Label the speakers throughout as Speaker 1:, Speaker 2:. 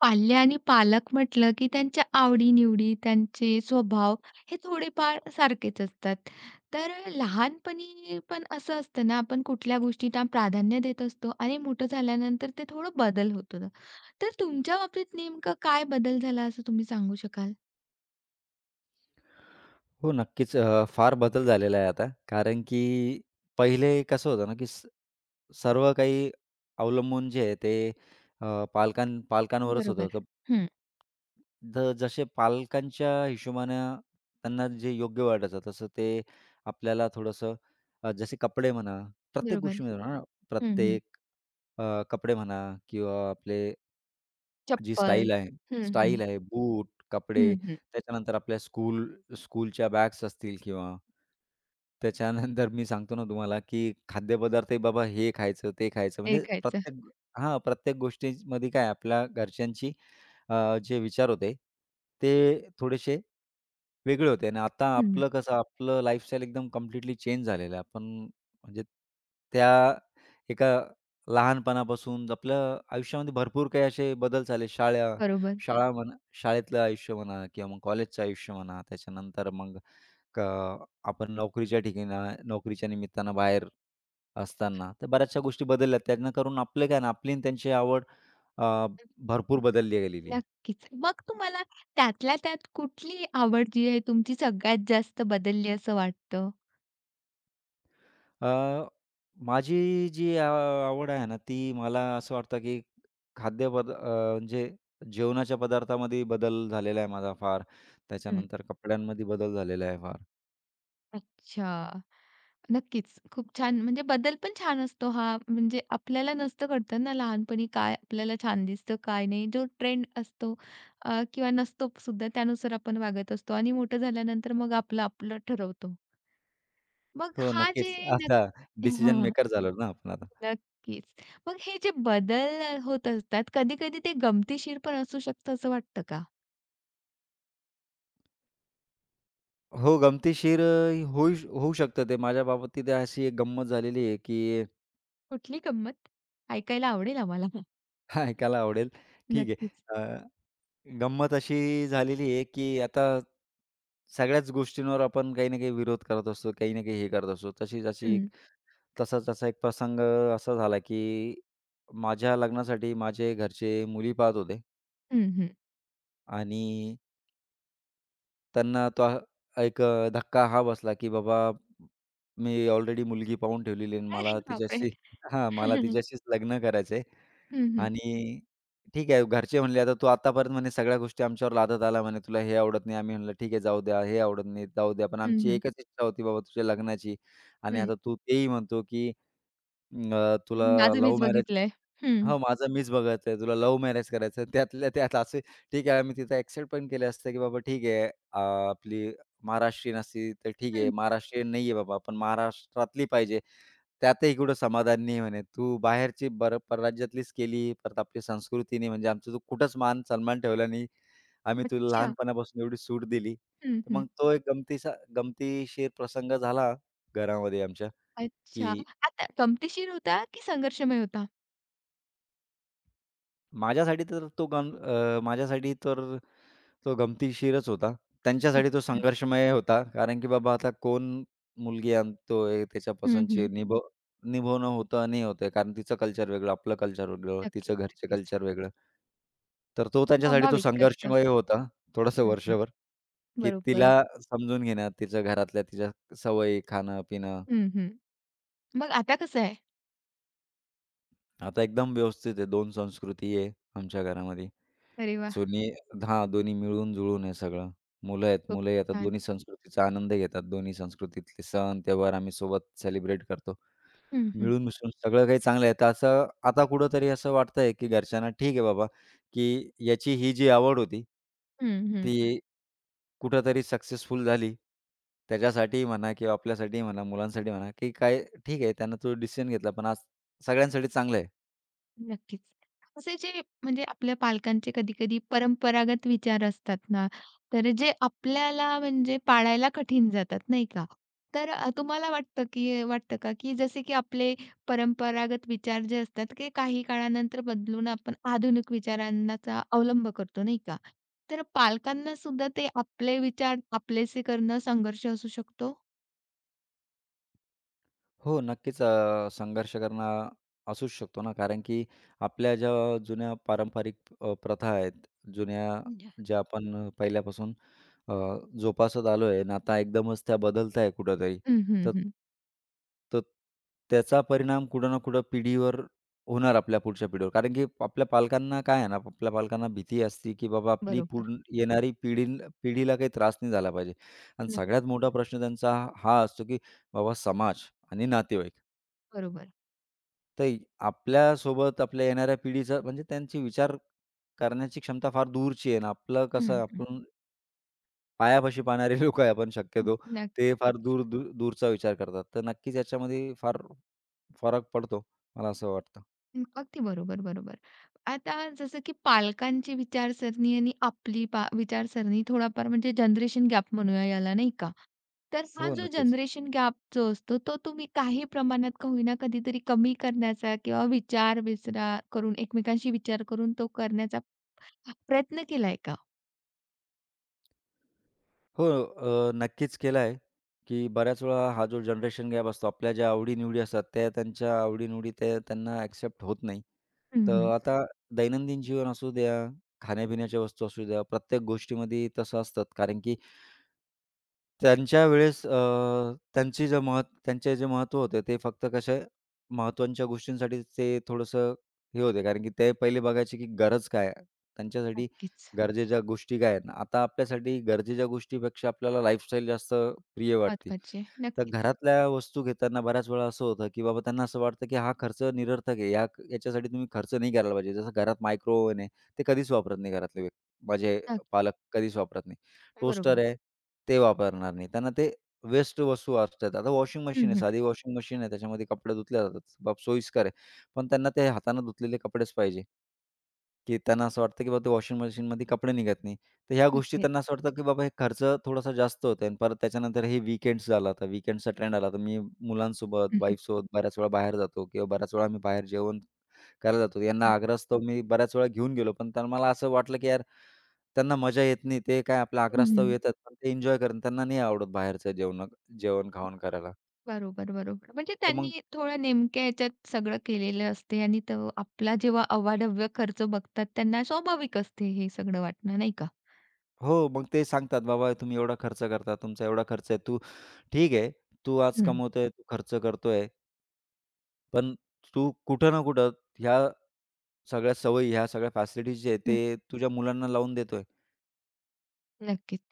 Speaker 1: पाल्य आणि पालक म्हटलं, की त्यांच्या आवडी-निवडी, त्यांचे स्वभाव हे थोडेफार सारखेच असतात. तर लहानपणी पण असं असतं ना, आपण कुठल्या गोष्टींना प्राधान्य देत असतो आणि मोठं झाल्यानंतर ते थोडं बदल होतो. ना. तर तुमच्या बाबतीत नेमकं काय बदल झाला असं तुम्ही सांगू शकाल?
Speaker 2: हो, नक्कीच. फार बदल झालेला आहे आता. कारण की पहिले कसं होतं ना, की सर्व काही अवलंबून जे आहे ते, अ, पालकां पालकांवरच होतं.
Speaker 1: बरोबर.
Speaker 2: तर
Speaker 1: हं.
Speaker 2: तर जसे पालकांच्या हिशोबानं त्यांना जे योग्य वाटायचं, तसं ते आपल्याला थोडंसं, जसे कपडे म्हणा, प्रत्येक
Speaker 1: बरोबर.
Speaker 2: गोष्टीमध्ये म्हणा,
Speaker 1: हं, हं.
Speaker 2: प्रत्येक कपडे म्हणा किंवा आपले जी
Speaker 1: चप्पल.
Speaker 2: स्टाईल आहे
Speaker 1: हं, हं.
Speaker 2: स्टाईल आहे, बूट, कपडे,
Speaker 1: हं, हं.
Speaker 2: त्याच्यानंतर आपल्या स्कूलच्या बॅग्स असतील किंवा त्याच्यानंतर मी सांगतो ना तुम्हाला, की खाद्यपदार्थही बाबा, हे खायचं, ते खायचं,
Speaker 1: हे
Speaker 2: म्हणजे प्रत्येक गोष्टीमध्ये काय आपल्या घरच्यांची, जे विचार होते, ते थोडेसे वेगळे होते आणि आता
Speaker 1: हं, हं.
Speaker 2: आपलं कसं, आपलं लाईफस्टाईल एकदम कंप्लीटली चेंज झालेलं आहे. आपण म्हणजे त्या एका लहानपणापासून आपल्या आयुष्यामध्ये भरपूर काही असे बदल झाले. शाळा, हं.
Speaker 1: बरोबर.
Speaker 2: शाळा म्हणा, शाळेतलं आयुष्य म्हणा किंवा मग कॉलेजचं आयुष्य म्हणा. त्याच्यानंतर मग क आपण नोकरीच्या ठिकाणी, नोकरीच्या निमित्तानं बाहेर असताना. तर बऱ्याचशा गोष्टी बदलल्या. त्यांना करून आपले काय ना, आपली आणि त्यांची आवड अ, भरपूर बदलली गेलेली आहे.
Speaker 1: नक्कीच. मग तुम्हाला त्यातल्या त्यात कुठली आवड जी आहे तुमची सगळ्यात जास्त बदलली असं वाटतं?
Speaker 2: अ, माझी जी आ आवड आहे ना, ती मला असं वाटतं, की खाद्यपद अ, म्हणजे जेवणाच्या पदार्थामध्ये बदल झालेला आहे माझा फार.
Speaker 1: हं.
Speaker 2: त्याच्यानंतर कपड्यांमध्ये बदल झालेला आहे फार.
Speaker 1: अच्छा. नक्कीच. खूप छान म्हणजे बदल पण छान असतो हा. म्हणजे आपल्याला नसतं कळतं ना लहानपणी काय आपल्याला छान दिसतं, काय नाही. जो ट्रेंड असतो किंवा नसतो सुद्धा त्यानुसार आपण वागत असतो आणि मोठं झाल्यानंतर मग आपलं आपलं ठरवतो. मग
Speaker 2: हो,
Speaker 1: हा जे
Speaker 2: नक्कीच. आता डिसिजन
Speaker 1: नक्क
Speaker 2: मेकर झालो ना आपण आता.
Speaker 1: नक्कीच. मग हे जे बदल होत असतात, कधी-कधी ते गमतीशीर पण असू शकतं असं वाटतं का?
Speaker 2: हो, गमतीशीर अ, होऊ श होऊ शकतं ते. माझ्या बाबतीत अशी एक गंमत झालेली आहे, की
Speaker 1: कुठली गंमत? ऐकायला आवडेल आम्हाला.
Speaker 2: ऐकायला आवडेल. ठीक आहे.
Speaker 1: नक्कीच.
Speaker 2: अ गंमत अशी झालेली आहे, की आता सगळ्याच गोष्टींवर आपण काही ना काही विरोध करत असतो, काही ना काही हे करत असतो. तशीच अशी
Speaker 1: हं,
Speaker 2: तसा-तसा एक प्रसंग असा झाला, की माझ्या लग्नासाठी माझे घरचे मुली पाहत होते
Speaker 1: हं, हं.
Speaker 2: आणि त्यांना तो हा- एक अ, धक्का हा बसला, की बाबा मी ऑलरेडी मुलगी पाहून ठेवलेली आहे आणि
Speaker 1: अरे
Speaker 2: मला
Speaker 1: बापरे!
Speaker 2: तिच्याशी हां, मला तिच्याशीच लग्न करायचं.
Speaker 1: हं, हं,
Speaker 2: आणि ठीक आहे, घरचे म्हणले, "आता तू आतापर्यंत म्हणे सगळ्या गोष्टी आमच्यावर लादत आला," म्हणे, "तुला हे आवडत नाही." आम्ही म्हणलं, "ठीक आहे, जाऊ द्या, हे आवडत नाही, जाऊ द्या." पण
Speaker 1: हं,
Speaker 2: आमची
Speaker 1: हं,
Speaker 2: एकच इच्छा होती बाबा, तुझ्या लग्नाची आणि
Speaker 1: हं.
Speaker 2: आता तू तेही म्हणतो, की तुला
Speaker 1: माझं
Speaker 2: लव्ह
Speaker 1: मीच
Speaker 2: मॅरेज.
Speaker 1: बघितलंय. हं.
Speaker 2: हो, माझं मीच बघायचं आहे, तुला लव्ह मॅरेज करायचं आहे. त्यातल्या त्यात असे ठीक आहे, आम्ही तिथं एक्सेप्ट पण केलं असतं, की बाबा ठीक आहे, अ, आपली महाराष्ट्रीयन असती तर ठीक आहे,
Speaker 1: हं.
Speaker 2: महाराष्ट्रीयन नाही आहे बाबा, पण महाराष्ट्रातली पाहिजे. त्यातही कुठं समाधान नाही म्हणे. तू बाहेरची बरं परराज्यातलीच केली, परत आपली संस्कृती नाही, म्हणजे आमचा तू कुठंच मान सन्मान ठेवला नाही. आम्ही तुला
Speaker 1: अच्छा.
Speaker 2: लहानपणापासून एवढी सूट दिली.
Speaker 1: हं,
Speaker 2: तर
Speaker 1: हं.
Speaker 2: मग तो एक गमतीचा गमतीशीर प्रसंग झाला घरामध्ये आमच्या,
Speaker 1: अच्छा.
Speaker 2: की
Speaker 1: आता गमतीशीर होता की संघर्षमय होता?
Speaker 2: माझ्यासाठी तर तो गमतीशीरच होता. त्यांच्यासाठी तो
Speaker 1: अच्छा.
Speaker 2: संघर्षमय होता. कारण की बाबा आता कोण मुलगी आणतोय त्याच्या
Speaker 1: हं, हं.
Speaker 2: पसंतची, निभवणं होतं, नाही होतंय. कारण तिचं कल्चर वेगळं, आपलं कल्चर वेगळं, तिचं
Speaker 1: नक्कीच,
Speaker 2: घरचे
Speaker 1: नक्कीच.
Speaker 2: कल्चर वेगळं. तर तो त्यांच्यासाठी तो
Speaker 1: स्वाभाविक असतं.
Speaker 2: संघर्षमय होता थोडंसं
Speaker 1: हं, हं.
Speaker 2: वर्षभर, की
Speaker 1: बरोबर.
Speaker 2: तिला समजून घेण्यात, तिच्या घरातल्या, तिच्या सवयी, खाणं-पिणं.
Speaker 1: हं, हं. मग आता कसं आहे?
Speaker 2: आता एकदम व्यवस्थित आहे. 2 संस्कृती आहे आमच्या घरामध्ये.
Speaker 1: अरे वाह!
Speaker 2: दोन्ही दोन्ही मिळून-जुळून आहे सगळं. मुलं आहेत,
Speaker 1: खूप
Speaker 2: मुलंही आता
Speaker 1: छान.
Speaker 2: दोन्ही संस्कृतीचा आनंद घेतात. दोन्ही संस्कृतीतले सण, त्योहार आम्ही सोबत सेलिब्रेट करतो.
Speaker 1: हं, हं.
Speaker 2: मिळून-मिसळून सगळं काही चांगलं आहे. तर असं आता कुठेतरी असं वाटतंय, की घरच्यांना ठीक आहे बाबा, की याची ही जी आवड होती,
Speaker 1: हं, हं.
Speaker 2: ती कुठेतरी सक्सेसफुल झाली. त्याच्यासाठीही म्हणा किंवा आपल्यासाठीही म्हणा, मुलांसाठी म्हणा, की काय ठीक आहे, त्यानं तो डिसिजन घेतला, पण आज सगळ्यांसाठी चांगलं आहे.
Speaker 1: नक्कीच. असे जे म्हणजे आपल्या पालकांचे कधी-कधी परंपरागत विचार असतात ना, तर जे आपल्याला म्हणजे पाळायला कठीण जातात, नाही का? तर तुम्हाला वाटतं की वाटतं का की जसे की आपले परंपरागत विचार जे असतात, ते काही काळानंतर बदलून आपण आधुनिक विचारांचा अवलंब करतो, नाही का? तर पालकांना सुद्धा ते आपले विचार आपलेसे करणं संघर्ष असू शकतो?
Speaker 2: हो, नक्कीच. संघर्ष करणं असूच शकतो ना, कारण की आपल्या ज्या जुन्या पारंपरिक प्रथा आहेत, जुन्या,
Speaker 1: हं.
Speaker 2: ज्या आपण पहिल्यापासून अ, जोपासत आलो आहे आणि आता एकदमच त्या बदलत आहे कुठेतरी.
Speaker 1: हं,
Speaker 2: तर
Speaker 1: हं,
Speaker 2: तर त्याचा परिणाम कुठं ना कुठं पिढीवर होणार, आपल्या पुढच्या पिढीवर. कारण की आपल्या पालकांना काय आहे ना, आपल्या पालकांना भीती असते, की बाबा आपली
Speaker 1: बरोबर.
Speaker 2: पुढ येणारी पिढीला काही त्रास नाही झाला पाहिजे. आणि सगळ्यात
Speaker 1: नक्की.
Speaker 2: मोठा प्रश्न त्यांचा हा हा असतो, की बाबा समाज आणि नातेवाईक.
Speaker 1: बरोबर.
Speaker 2: तर इ- आपल्यासोबत आपल्या येणाऱ्या पिढीचा, म्हणजे त्यांची विचार करण्याची क्षमता फार दूरची आहे आणि आपलं कसं,
Speaker 1: हं.
Speaker 2: आपण पायापाशी पाहणारे लोकं आहे आपण
Speaker 1: हं,
Speaker 2: शक्यतो. ते फार
Speaker 1: नक्कीच.
Speaker 2: दूर दूर दूरचा विचार करतात. तर नक्कीच याच्यामध्ये फार फरक पडतो, मला असं वाटतं.
Speaker 1: अगदी बरोबर, बरोबर. आता जसं की पालकांची विचारसरणी आणि आपली विचारसरणी थोडाफार म्हणजे जनरेशन गॅप म्हणूया याला, नाही का? तर हा
Speaker 2: हो,
Speaker 1: जो
Speaker 2: नक्कीच.
Speaker 1: जनरेशन गॅप जो असतो, तो तुम्ही काही प्रमाणात का होईना कधीतरी कमी करण्याचा किंवा करून एकमेकांशी विचार करून तो करण्याचा प्रयत्न केलाय का?
Speaker 2: हो, नक्कीच केला आहे, की बऱ्याच वेळा हा जो जनरेशन गॅप असतो, आपल्या ज्या आवडी असतात, त्या, त्यांच्या आवडी-निवडी ते त्यांना एक्सेप्ट होत नाही.
Speaker 1: हं,
Speaker 2: तर
Speaker 1: हं.
Speaker 2: आता दैनंदिन जीवन असू द्या, खाण्यापिण्याच्या वस्तू असू द्या, प्रत्येक गोष्टीमध्ये तसं असतात. कारण की त्यांच्या वेळेस अ, त्यांची जे महत् त्यांचे जे महत्त्व होते ते फक्त कशा महत्त्वाच्या गोष्टींसाठी ते थोडंसं हे होते. कारण की ते पहिले बघायचे, की गरज काय आहे? त्यांच्यासाठी
Speaker 1: नक्कीच.
Speaker 2: गरजेच्या गोष्टी काय आहेत? आता आपल्यासाठी गरजेच्या गोष्टीपेक्षा आपल्याला लाईफस्टाईल जास्त प्रिय वाटते.
Speaker 1: महत्वाचे.
Speaker 2: तर
Speaker 1: नक्कीच.
Speaker 2: घरातल्या वस्तू घेताना बऱ्याच वेळा असं होतं, की बाबा त्यांना असं वाटतं, की हा खर्च निरर्थक आहे. या याच्यासाठी तुम्ही खर्च नाही करायला पाहिजे. जसं घरात मायक्रोव्हेव्ह आहे, ते कधीच वापरत नाही, घरातले व्यक्ती, माझे
Speaker 1: नक्की.
Speaker 2: पालक कधीच वापरत नाही. टोस्टर
Speaker 1: बरोबर.
Speaker 2: आहे, ते वापरणार नाही. त्यांना ते वेस्ट वस्तू असतात. आता वॉशिंग मशीन
Speaker 1: हं,
Speaker 2: आहे,
Speaker 1: हं.
Speaker 2: साधी वॉशिंग मशीन आहे, त्याच्यामध्ये कपडे धुतले जातात. बाप सोयीस्कर आहे. पण त्यांना ते हाताने धुतलेले कपडेच पाहिजे, की त्यांना असं वाटतं, की बाबा ते वॉशिंग मशीनमध्ये कपडे निघत नाही. तर ह्या गोष्टी
Speaker 1: नक्कीच.
Speaker 2: त्यांना असं वाटतं, की बाबा हे खर्च थोडासा जास्त होतोय आणि परत त्याच्यानंतर हे वीकेंड्स झाला, तर वीकेंडचा ट्रेंड आला. तर मी मुलांसोबत,
Speaker 1: हं, हं.
Speaker 2: वाईफसोबत बऱ्याच वेळा बाहेर जातो किंवा बऱ्याच वेळा आम्ही बाहेर जेवण करायला जातो. यांना आग्रहास्तव मी बऱ्याच वेळा घेऊन गेलो, पण त्यांना, मला असं वाटलं, की यार त्यांना मजा येत नाही. ते काय आपल्या
Speaker 1: हं,
Speaker 2: आग्रहास्तव
Speaker 1: हं.
Speaker 2: येतात, पण ते एन्जॉय करतात. त्यांना नाही आवडत बाहेरचं जेवण-खावण करायला.
Speaker 1: बरोबर, बरोबर. म्हणजे
Speaker 2: तर मग
Speaker 1: त्यांनी थोड्या नेमक्या ह्याच्यात सगळं केलेलं असते आणि तो आपला जेव्हा अवाढव्य खर्च बघतात त्यांना स्वाभाविक असते हे सगळं वाटणं, नाही का?
Speaker 2: हो, मग ते सांगतात, "बाबा तुम्ही एवढा खर्च करता, तुमचा एवढा खर्च आहे. तू ठीक आहे, तू आज
Speaker 1: हं.
Speaker 2: कमवतोय, तू खर्च करतोय, पण तू कुठं ना कुठं ह्या सगळ्या सवयी, ह्या सगळ्या फॅसिलिटीज जे आहे, ते
Speaker 1: हं,
Speaker 2: तुझ्या मुलांना लावून देतोय."
Speaker 1: नक्कीच.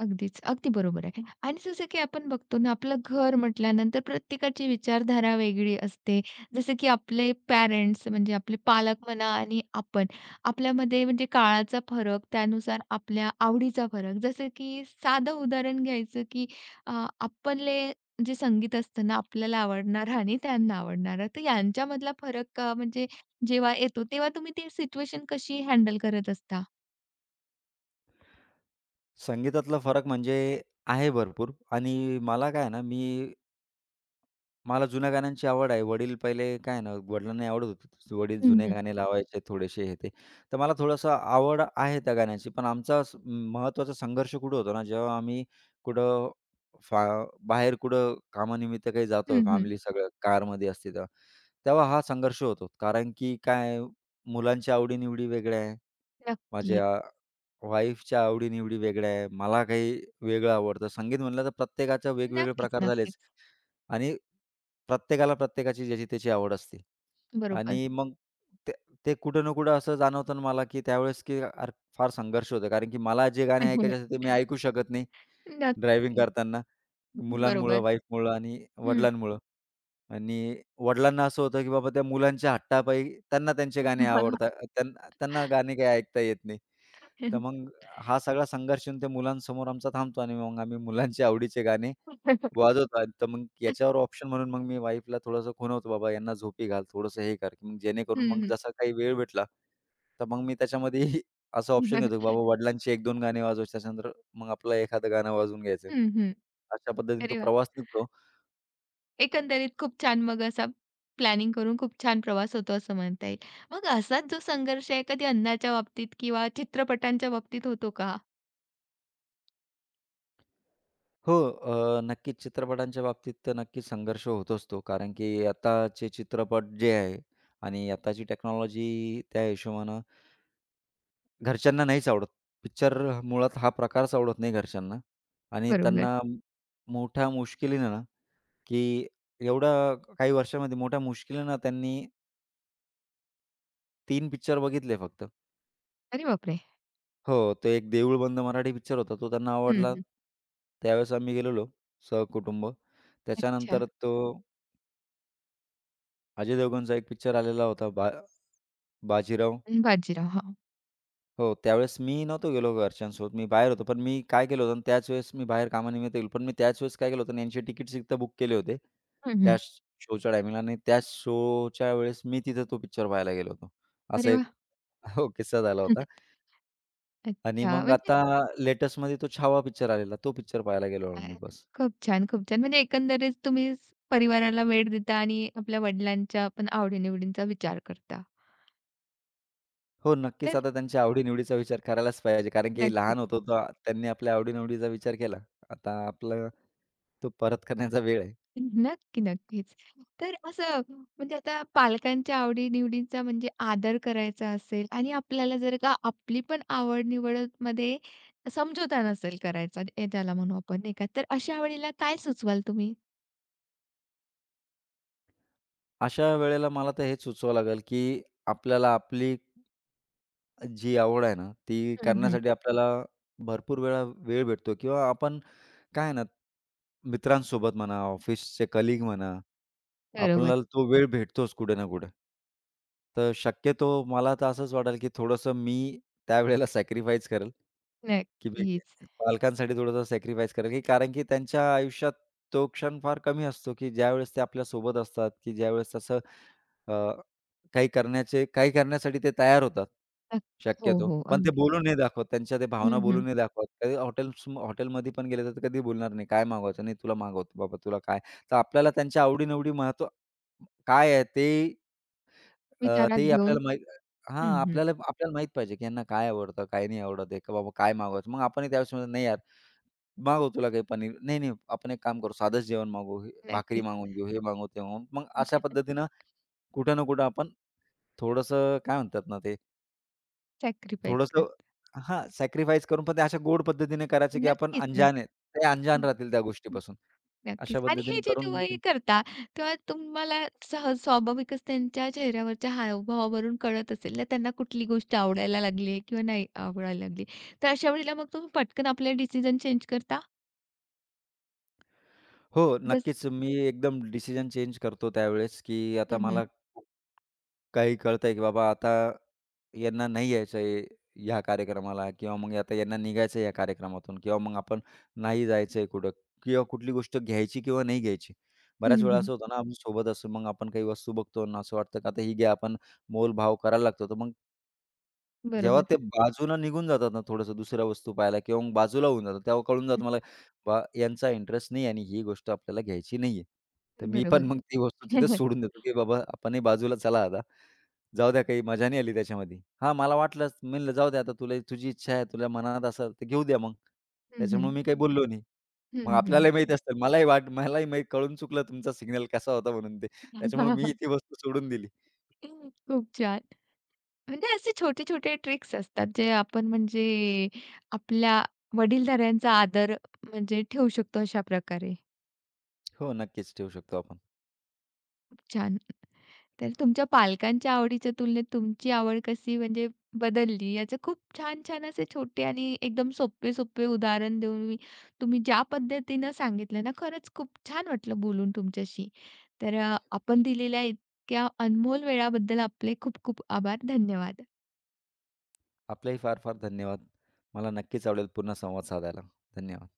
Speaker 1: अगदीच. अगदी बरोबर आहे. आणि जसं की आपण बघतो ना, आपलं घर म्हटल्यानंतर प्रत्येकाची विचारधारा वेगळी असते. जसं की आपले पॅरेंट्स म्हणजे आपले पालक म्हणा आणि आपण, आपल्यामध्ये म्हणजे काळाचा फरक, त्यानुसार आपल्या आवडीचा फरक. जसं की साधं उदाहरण घ्यायचं की आपले जे संगीत असतं ना, आपल्याला आवडणारं आणि त्यांना आवडणारं, तर यांच्यामधला फरक म्हणजे जेव्हा येतो, तेव्हा तुम्ही ती सिच्युएशन कशी हँडल करत असता?
Speaker 2: संगीतातला फरक म्हणजे आहे भरपूर आणि मला काय आहे ना, मला जुन्या गाण्यांची आवड आहे. वडील पहिले काय आहे ना, वडिलांना आवडत होतं. वडील
Speaker 1: हं,
Speaker 2: जुने
Speaker 1: हं.
Speaker 2: गाणे हं लावायचे, थोडेसे हे ते. तर मला थोडंसं आवड आहे त्या गाण्याची. पण आमचा महत्त्वाचा संघर्ष कुठे होतो ना, जेव्हा आम्ही कुठं फा बाहेर कुठं कामानिमित्त काही जातोय,
Speaker 1: हं, हं.
Speaker 2: फॅमिली सगळं कारमध्ये असते तेव्हा. तेव्हा हा संघर्ष होतो. कारण की काय, मुलांच्या आवडी वेगळ्या आहे.
Speaker 1: नक्कीच.
Speaker 2: माझ्या वाईफच्या आवडी-निवडी वेगळ्या आहे. मला काही वेगळं आवडतं. संगीत म्हणलं तर प्रत्येकाचे वेगवेगळे
Speaker 1: नक्कीच,
Speaker 2: प्रकार
Speaker 1: नक्कीच.
Speaker 2: झालेच आणि प्रत्येकाला प्रत्येकाची, ज्याची त्याची आवड असते.
Speaker 1: बरोबर.
Speaker 2: आणि मग ते ते कुठं ना कुठं असं जाणवतं ना मला, की त्यावेळेस की अर फार संघर्ष होतो. कारण की मला जे गाणे ऐकायचे असतात ते मी ऐकू शकत नाही, ड्रायव्हिंग
Speaker 1: नक्कीच.
Speaker 2: करताना. मुलांमुळं,
Speaker 1: बरोबर.
Speaker 2: वाईफमुळं आणि
Speaker 1: हं.
Speaker 2: वडिलांमुळं. आणि वडिलांना असं होतं, की बाबा त्या मुलांच्या हट्टापायी त्यांना, त्यांचे
Speaker 1: हं,
Speaker 2: गाणे
Speaker 1: हं.
Speaker 2: आवडतात. त्यांना, त्यांना गाणे काही ऐकता येत नाही. तर मग हा सगळा संघर्ष येऊन त्या मुलांसमोर आमचा थांबतो आणि मग आम्ही मुलांचे आवडीचे गाणे
Speaker 1: हं, हं.
Speaker 2: वाजवतो आणि तर मग याच्यावर ऑप्शन म्हणून मग मी वाईफला थोडंसं खुणवतो, "बाबा यांना झोपी घाल, थोडंसं हे कर," की मग जेणेकरून मग जसा काही वेळ भेटला, तर मग मी त्याच्यामध्ये असं ऑप्शन घेतो, की बाबा वडिलांची 1-2 गाणी वाजवायची, त्याच्यानंतर मग आपलं एखादं गाणं वाजवून घ्यायचं. अशा पद्धतीने तो
Speaker 1: अरे वाह!
Speaker 2: प्रवास निघतो.
Speaker 1: एकंदरीत खूप छान मग असा प्लॅनिंग करून खूप छान प्रवास होतो असं म्हणता येईल. मग असाच जो संघर्ष आहे कधी अन्नाच्या बाबतीत किंवा चित्रपटांच्या बाबतीत होतो का?
Speaker 2: हो, नक्कीच चित्रपटांच्या बाबतीत तर नक्कीच संघर्ष होतोच तो. कारण की आताचे चित्रपट जे आहे आणि आताची टेक्नॉलॉजी त्या हिशोबानं घरच्यांना नाहीच आवडत. पिक्चर मुळात हा प्रकारच आवडत नाही घरच्यांना आणि
Speaker 1: बरोबर.
Speaker 2: मोठ्या मुश्किलीनं ना, की एवढ्या काही वर्षामध्ये मोठ्या मुश्किलीनं ना त्यांनी 3 पिक्चर बघितले फक्त.
Speaker 1: अरे बापरे!
Speaker 2: हो, तो एक देऊळ बंद मराठी पिक्चर होता. तो त्यांना
Speaker 1: हं,
Speaker 2: आवडला.
Speaker 1: हं.
Speaker 2: त्यावेळेस आम्ही गेलेलो सहकुटुंब.
Speaker 1: अच्छा.
Speaker 2: त्याच्यानंतर तो अजय देवगणचा एक पिक्चर आलेला होता, बाजीराव.
Speaker 1: बाजीराव. हां.
Speaker 2: हो, त्यावेळेस मी नव्हतो गेलो घरच्यांसोबत, मी बाहेर होतो. पण मी काय केलं होतं ना, त्याच वेळेस मी बाहेर कामानिमित्त गेलो. पण मी त्याच वेळेस काय केलं होतं ना, यांचे तिकीट्स एकदा बुक केले होते,
Speaker 1: हं,
Speaker 2: त्या
Speaker 1: हं.
Speaker 2: शोच्या टायमिंगला आणि त्या शोच्या वेळेस मी तिथं तो पिक्चर पाहायला गेलो होतो. असा
Speaker 1: अरे
Speaker 2: एक
Speaker 1: वाह!
Speaker 2: हो, किस्सा झाला होता. आणि
Speaker 1: अच्छा
Speaker 2: मग
Speaker 1: म्हणजे
Speaker 2: आता लेटेस्टमध्ये तो छावा पिक्चर आलेला, तो पिक्चर पाहायला गेलो
Speaker 1: काय?
Speaker 2: मी बस.
Speaker 1: खूप छान, खूप छान. म्हणजे एकंदरीत तुम्ही परिवाराला वेळ देता आणि आपल्या वडिलांच्या पण आवडी-निवडींचा विचार करता.
Speaker 2: हो, नक्कीच
Speaker 1: तर
Speaker 2: आता त्यांच्या आवडी विचार करायलाच पाहिजे, कारण की लहान
Speaker 1: नक्कीच.
Speaker 2: होतो तर त्यांनी आपल्या आवडी विचार केला. आता आपला तो परत करण्याचा वेळ आहे.
Speaker 1: नक्की, नक्कीच. तर असं म्हणजे आता पालकांच्या आवडी-निवडींचा म्हणजे आदर करायचा असेल आणि आपल्याला जर का आपली पण आवड-निवडमध्ये समझोता नसेल करायचा, ए त्याला म्हणू आपण नाही का, तर अशा वेळेला काय सुचवाल तुम्ही?
Speaker 2: अशा वेळेला मला तर हेच सुचवावं लागेल, की आपल्याला आपली जी आवड आहे ना, ती
Speaker 1: हं, हं.
Speaker 2: करण्यासाठी आपल्याला भरपूर वेळा वेळ भेटतो किंवा आपण काय आहे ना, मित्रांसोबत म्हणा, ऑफिसचे कलीग म्हणा,
Speaker 1: बरोबर.
Speaker 2: आपल्याला तो वेळ भेटतोच कुठे ना कुठे. तर शक्यतो मला तर असंच वाटेल, की थोडंसं मी त्यावेळेला सॅक्रिफाईस करेल, की मी
Speaker 1: नक्कीच.
Speaker 2: पालकांसाठी थोडंसं सॅक्रिफाईस करेल, की कारण की त्यांच्या आयुष्यात तो क्षण फार कमी असतो, की ज्यावेळेस ते आपल्यासोबत असतात, की ज्यावेळेस असं काही करण्याचे, काही करण्यासाठी ते तयार होतात,
Speaker 1: हो,
Speaker 2: शक्यतो.
Speaker 1: हो.
Speaker 2: पण ते
Speaker 1: अगदीच.
Speaker 2: बोलून नाही दाखवत. त्यांच्या त्या
Speaker 1: हं,
Speaker 2: भावना
Speaker 1: हं.
Speaker 2: बोलून नाही दाखवत. कधी हॉटेलमध्ये पण गेले तर कधी बोलणार नाही. काय मागवायचं? नाही, तुला मागवतो बाबा, तुला काय? तर आपल्याला त्यांच्या आवडी-निवडी महत्व काय आहे ते अ,
Speaker 1: विचारात
Speaker 2: तेही
Speaker 1: घेऊन
Speaker 2: आपल्याला माहीत
Speaker 1: हं,
Speaker 2: हां,
Speaker 1: हं.
Speaker 2: आपल्याला आपल्याला माहीत पाहिजे, की यांना काय आवडतं, काय नाही आवडत आहे, का बाबा काय मागवायचं? मग आपणही त्यावेळेस म्हणू, "नाही यार, मागव तुला काही पनीर." "नाही, नाही, आपण एक काम करू, साधंच जेवण मागवू, हे भाकरी
Speaker 1: नक्कीच.
Speaker 2: मागवून घेऊ, हे मागवू, ते मागवू." मग अशा पद्धतीनं कुठं ना कुठं आपण थोडंसं काय म्हणतात ना ते,
Speaker 1: सॅक्रिफाईस कर.
Speaker 2: थोडंसं हां, सॅक्रिफाईस करून पण ते अशा गोड पद्धतीने करायचे, की आपण
Speaker 1: नक्कीच,
Speaker 2: अनजान
Speaker 1: नक्कीच.
Speaker 2: आहे. ते अनजान
Speaker 1: हं,
Speaker 2: राहतील त्या
Speaker 1: हं.
Speaker 2: गोष्टीपासून. अशा
Speaker 1: नक्कीच. आणि हे
Speaker 2: पद्धतीने
Speaker 1: जे
Speaker 2: करून मग ते
Speaker 1: तुम्ही करता, तेव्हा तुम्हाला सहज स्वाभाविकच त्यांच्या चेहऱ्यावरच्या हावभावावरून कळत असेल ना, त्यांना कुठली गोष्ट आवडायला लागली आहे किंवा नाही आवडायला लागली. तर अशा वेळेला मग तुम्ही पटकन आपले डिसिजन चेंज करता?
Speaker 2: हो,
Speaker 1: जसं
Speaker 2: नक्कीच मी एकदम डिसिजन चेंज करतो त्यावेळेस, की आता
Speaker 1: हं, हं.
Speaker 2: मला काही कळतंय, की बाबा आता यांना नाही यायचं आहे ह्या कार्यक्रमाला किंवा मग आता यांना निघायचं आहे या कार्यक्रमातून किंवा मग आपण नाही जायचं आहे कुठं किंवा कुठली गोष्ट घ्यायची किंवा नाही घ्यायची. बऱ्याच
Speaker 1: हं,
Speaker 2: वेळा
Speaker 1: हं.
Speaker 2: असं होतं ना, आपण सोबत असू मग आपण काही वस्तू बघतो आणि असं वाटतं, की आता ही घ्या. आपण मोलभाव करायला लागतो. तर मग जेव्हा
Speaker 1: बरोबर.
Speaker 2: ते बाजूला निघून जातात ना थोडंसं, दुसऱ्या वस्तू पाहायला किंवा मग बाजूला होऊन जातात, तेव्हा कळून जातं मला, यांचा इंटरेस्ट नाही आणि ही गोष्ट आपल्याला घ्यायची नाहीये. तर
Speaker 1: हं,
Speaker 2: मी पण
Speaker 1: बरोबर.
Speaker 2: मग ती वस्तू तिथेच सोडून देतो, की बाबा आपणही बाजूला चला आता. जाऊ द्या, काही मजा नाही आली त्याच्यामध्ये. हां, मला वाटलंच, मी म्हणलं जाऊ द्या आता, तुला तुझी इच्छा आहे, तुझ्या मनात असेल तर घेऊ द्या मग.
Speaker 1: हं, हं.
Speaker 2: त्याच्यामुळे मी काही बोललो नाही.
Speaker 1: हं,
Speaker 2: मग
Speaker 1: हं.
Speaker 2: आपल्यालाही माहीत असतं, मलाही माहीत, कळून चुकलं तुमचा सिग्नल कसा होता म्हणून ते. त्याच्यामुळे मी ती वस्तू सोडून दिली.
Speaker 1: खूप छान. म्हणजे असे छोटे-छोटे ट्रिक्स असतात, जे आपण म्हणजे आपल्या वडीलधाऱ्यांचा आदर म्हणजे ठेवू शकतो अशा प्रकारे.
Speaker 2: हो, नक्कीच ठेवू शकतो आपण.
Speaker 1: खूप छान. तर तुमच्या पालकांच्या आवडीच्या तुलनेत तुमची आवड कशी म्हणजे बदलली, याचे खूप छान-छान असे छोटे आणि एकदम सोपे-सोपे उदाहरण देऊन मी- तुम्ही ज्या पद्धतीनं सांगितलं ना, खरंच खूप छान वाटलं बोलून तुमच्याशी. तर आपण दिलेल्या इतक्या अनमोल वेळाबद्दल आपले खूप खूप आभार. धन्यवाद.
Speaker 2: आपलेही फार फार धन्यवाद. मला नक्कीच आवडेल पुन्हा संवाद साधायला. धन्यवाद.